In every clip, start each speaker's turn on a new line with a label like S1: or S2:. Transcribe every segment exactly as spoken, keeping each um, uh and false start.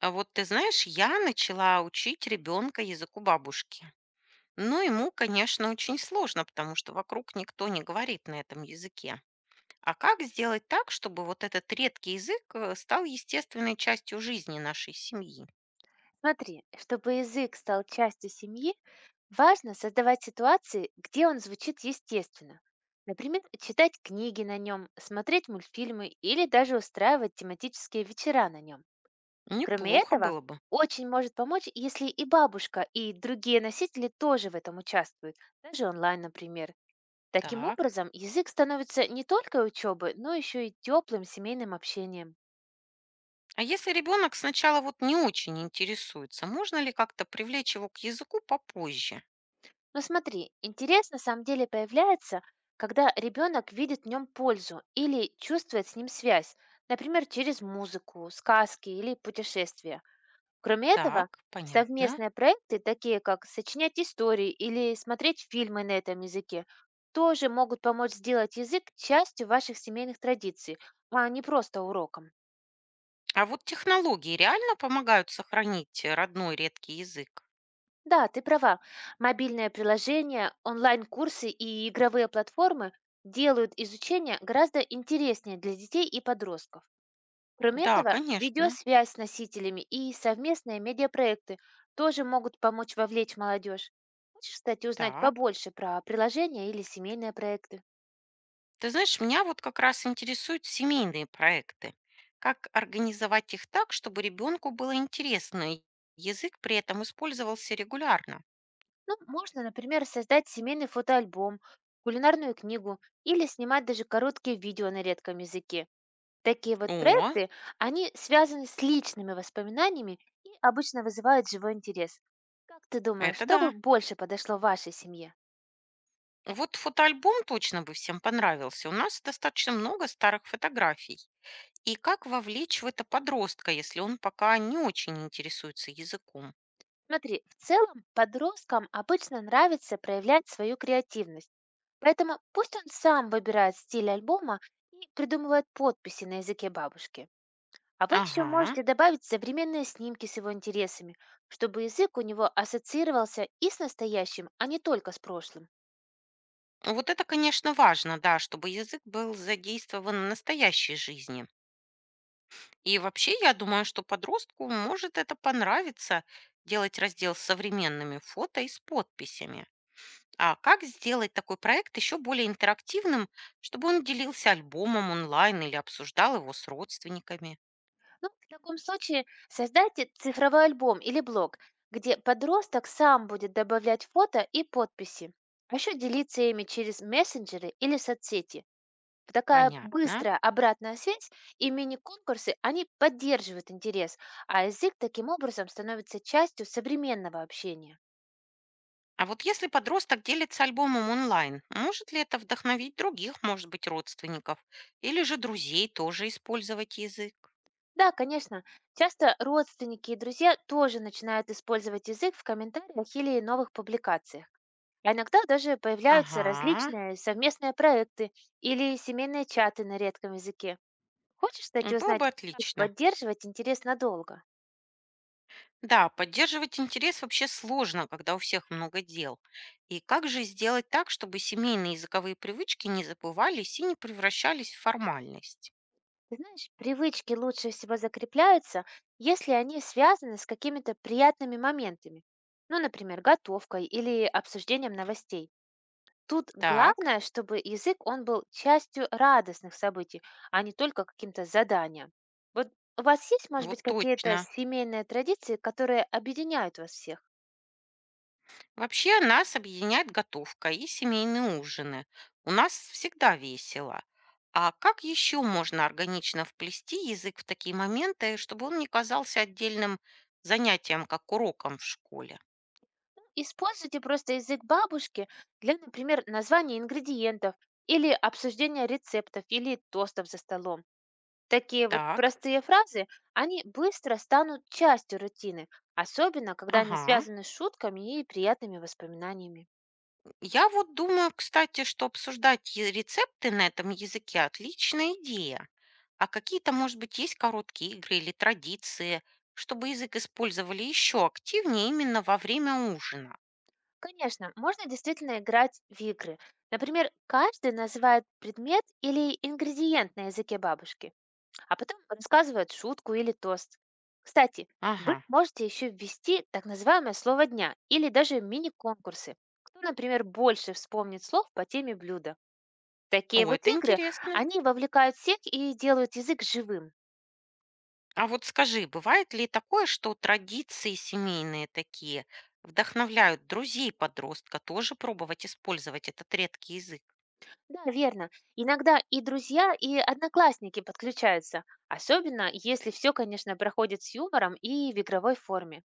S1: А вот ты знаешь, я начала учить ребенка языку бабушки. Но ему, конечно, очень сложно, потому что вокруг никто не говорит на этом языке. А как сделать так, чтобы вот этот редкий язык э, стал естественной частью жизни нашей семьи?
S2: Смотри, чтобы язык стал частью семьи, важно создавать ситуации, где он звучит естественно. Например, читать книги на нем, смотреть мультфильмы или даже устраивать тематические вечера на нем. Кроме
S1: Неплохо
S2: этого,
S1: было бы.
S2: очень может помочь, если и бабушка, и другие носители тоже в этом участвуют, даже онлайн, например. Таким
S1: Так.
S2: образом, язык становится не только учебой, но еще и теплым семейным общением.
S1: А если ребенок сначала вот не очень интересуется, можно ли как-то привлечь его к языку попозже?
S2: Но смотри, интерес на самом деле появляется, когда ребенок видит в нем пользу или чувствует с ним связь, например, через музыку, сказки или путешествия. Кроме этого,
S1: Так, понятно.
S2: совместные проекты, такие как сочинять истории или смотреть фильмы на этом языке, тоже могут помочь сделать язык частью ваших семейных традиций, а не просто уроком.
S1: А вот технологии реально помогают сохранить э, родной редкий язык?
S2: Да, ты права. Мобильные приложения, онлайн-курсы и игровые платформы делают изучение гораздо интереснее для детей и подростков. Кроме
S1: Да,
S2: этого,
S1: конечно.
S2: видеосвязь с носителями и совместные медиапроекты тоже могут помочь вовлечь молодежь. Хочешь, кстати, узнать
S1: Так.
S2: побольше про приложения или семейные проекты?
S1: Ты знаешь, меня вот как раз интересуют семейные проекты. Как организовать их так, чтобы ребенку было интересно, и язык при этом использовался регулярно?
S2: Ну, можно, например, создать семейный фотоальбом, кулинарную книгу или снимать даже короткие видео на редком языке. Такие вот
S1: О,
S2: проекты, они связаны с личными воспоминаниями и обычно вызывают живой интерес. Как ты думаешь,
S1: это
S2: что бы
S1: да.
S2: больше подошло вашей семье?
S1: Вот фотоальбом точно бы всем понравился. У нас достаточно много старых фотографий. И как вовлечь в это подростка, если он пока не очень интересуется языком?
S2: Смотри, в целом подросткам обычно нравится проявлять свою креативность, поэтому пусть он сам выбирает стиль альбома и придумывает подписи на языке бабушки. А вы еще
S1: Ага.
S2: можете добавить современные снимки с его интересами, чтобы язык у него ассоциировался и с настоящим, а не только с прошлым.
S1: Вот это, конечно, важно, да, чтобы язык был задействован в настоящей жизни. И вообще, я думаю, что подростку может это понравиться, делать раздел с современными фото и с подписями. А как сделать такой проект еще более интерактивным, чтобы он делился альбомом онлайн или обсуждал его с родственниками?
S2: Ну, в таком случае создайте цифровой альбом или блог, где подросток сам будет добавлять фото и подписи, а еще делиться ими через мессенджеры или соцсети. Вот такая
S1: Понятно.
S2: быстрая обратная связь и мини-конкурсы, они поддерживают интерес, а язык таким образом становится частью современного общения.
S1: А вот если подросток делится альбомом онлайн, может ли это вдохновить других, может быть, родственников или же друзей тоже использовать язык?
S2: Да, конечно, часто родственники и друзья тоже начинают использовать язык в комментариях или новых публикациях. А иногда даже появляются
S1: Ага,
S2: различные совместные проекты или семейные чаты на редком языке. Хочешь, кстати,
S1: было бы
S2: узнать, как
S1: отлично.
S2: поддерживать интерес надолго?
S1: Да, поддерживать интерес вообще сложно, когда у всех много дел. И как же сделать так, чтобы семейные языковые привычки не забывались и не превращались в формальность?
S2: Ты знаешь, привычки лучше всего закрепляются, если они связаны с какими-то приятными моментами. Ну, например, готовкой или обсуждением новостей. Тут
S1: Так,
S2: главное, чтобы язык он был частью радостных событий, а не только каким-то заданием. Вот у вас есть, может
S1: вот
S2: быть, какие-то
S1: точно.
S2: семейные традиции, которые объединяют вас всех?
S1: Вообще нас объединяет готовка и семейные ужины. У нас всегда весело. А как еще можно органично вплести язык в такие моменты, чтобы он не казался отдельным занятием, как уроком в школе?
S2: Используйте просто язык бабушки для, например, названия ингредиентов или обсуждения рецептов или тостов за столом. Такие вот
S1: Так,
S2: простые фразы, они быстро станут частью рутины, особенно когда они
S1: ага.
S2: связаны с шутками и приятными воспоминаниями.
S1: Я вот думаю, кстати, что обсуждать е- рецепты на этом языке – отличная идея. А какие-то, может быть, есть короткие игры или традиции, чтобы язык использовали еще активнее именно во время ужина?
S2: Конечно, можно действительно играть в игры. Например, каждый называет предмет или ингредиент на языке бабушки, а потом рассказывают шутку или тост. Кстати, вы
S1: Ага,
S2: можете еще ввести так называемое слово дня или даже мини-конкурсы. Кто, например, больше вспомнит слов по теме блюда. Такие
S1: о,
S2: вот
S1: это
S2: игры,
S1: интересно.
S2: они вовлекают всех и делают язык живым.
S1: А вот скажи, бывает ли такое, что традиции семейные такие вдохновляют друзей подростка тоже пробовать использовать этот редкий язык?
S2: Да, верно. Иногда и друзья, и одноклассники подключаются. Особенно, если все, конечно, проходит с юмором и в игровой форме.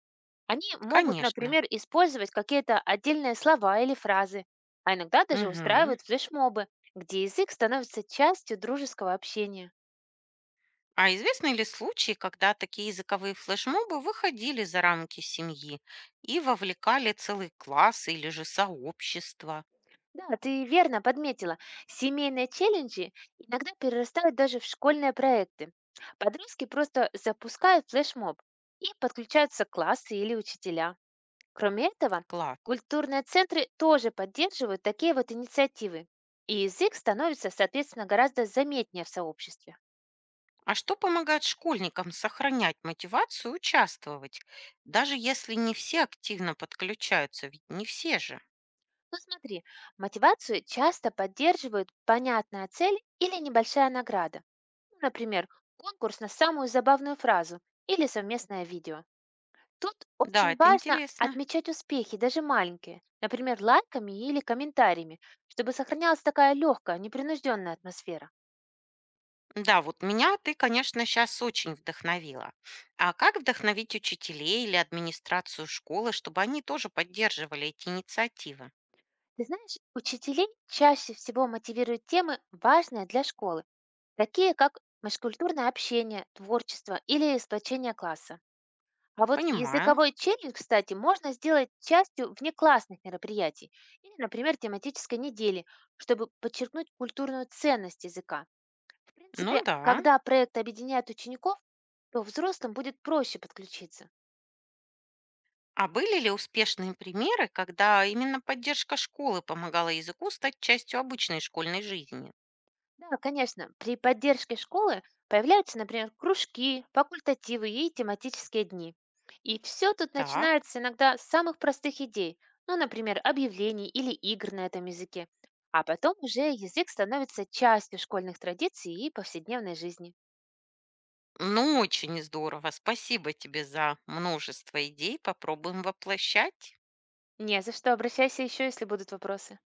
S2: Они могут,
S1: Конечно.
S2: например, использовать какие-то отдельные слова или фразы, а иногда даже
S1: Угу.
S2: устраивают флешмобы, где язык становится частью дружеского общения.
S1: А известны ли случаи, когда такие языковые флешмобы выходили за рамки семьи и вовлекали целый класс или же сообщество?
S2: Да, ты верно подметила, семейные челленджи иногда перерастают даже в школьные проекты. Подростки просто запускают флешмоб, и подключаются классы или учителя. Кроме этого,
S1: Класс.
S2: культурные центры тоже поддерживают такие вот инициативы, и язык становится, соответственно, гораздо заметнее в сообществе.
S1: А что помогает школьникам сохранять мотивацию участвовать, даже если не все активно подключаются, ведь не все же?
S2: Ну смотри, мотивацию часто поддерживают понятная цель или небольшая награда. Ну, например, конкурс на самую забавную фразу или совместное видео. Тут
S1: Да,
S2: очень
S1: это
S2: важно
S1: интересно.
S2: отмечать успехи, даже маленькие, например, лайками или комментариями, чтобы сохранялась такая легкая, непринужденная атмосфера.
S1: Да, вот меня ты, конечно, сейчас очень вдохновила. А как вдохновить учителей или администрацию школы, чтобы они тоже поддерживали эти инициативы?
S2: Ты знаешь, учителей чаще всего мотивируют темы, важные для школы, такие как межкультурное общение, творчество или сплочение класса. А вот
S1: Понимаю.
S2: языковой челлендж, кстати, можно сделать частью внеклассных мероприятий или, например, тематической недели, чтобы подчеркнуть культурную ценность языка. В
S1: Ну
S2: принципе,
S1: да.
S2: когда проект объединяет учеников, то взрослым будет проще подключиться.
S1: А были ли успешные примеры, когда именно поддержка школы помогала языку стать частью обычной школьной жизни?
S2: Да, конечно. При поддержке школы появляются, например, кружки, факультативы и тематические дни. И все тут
S1: Так.
S2: начинается иногда с самых простых идей, ну, например, объявлений или игр на этом языке. А потом уже язык становится частью школьных традиций и повседневной жизни.
S1: Ну, очень здорово. Спасибо тебе за множество идей. Попробуем воплощать.
S2: Не за что, обращайся еще, если будут вопросы.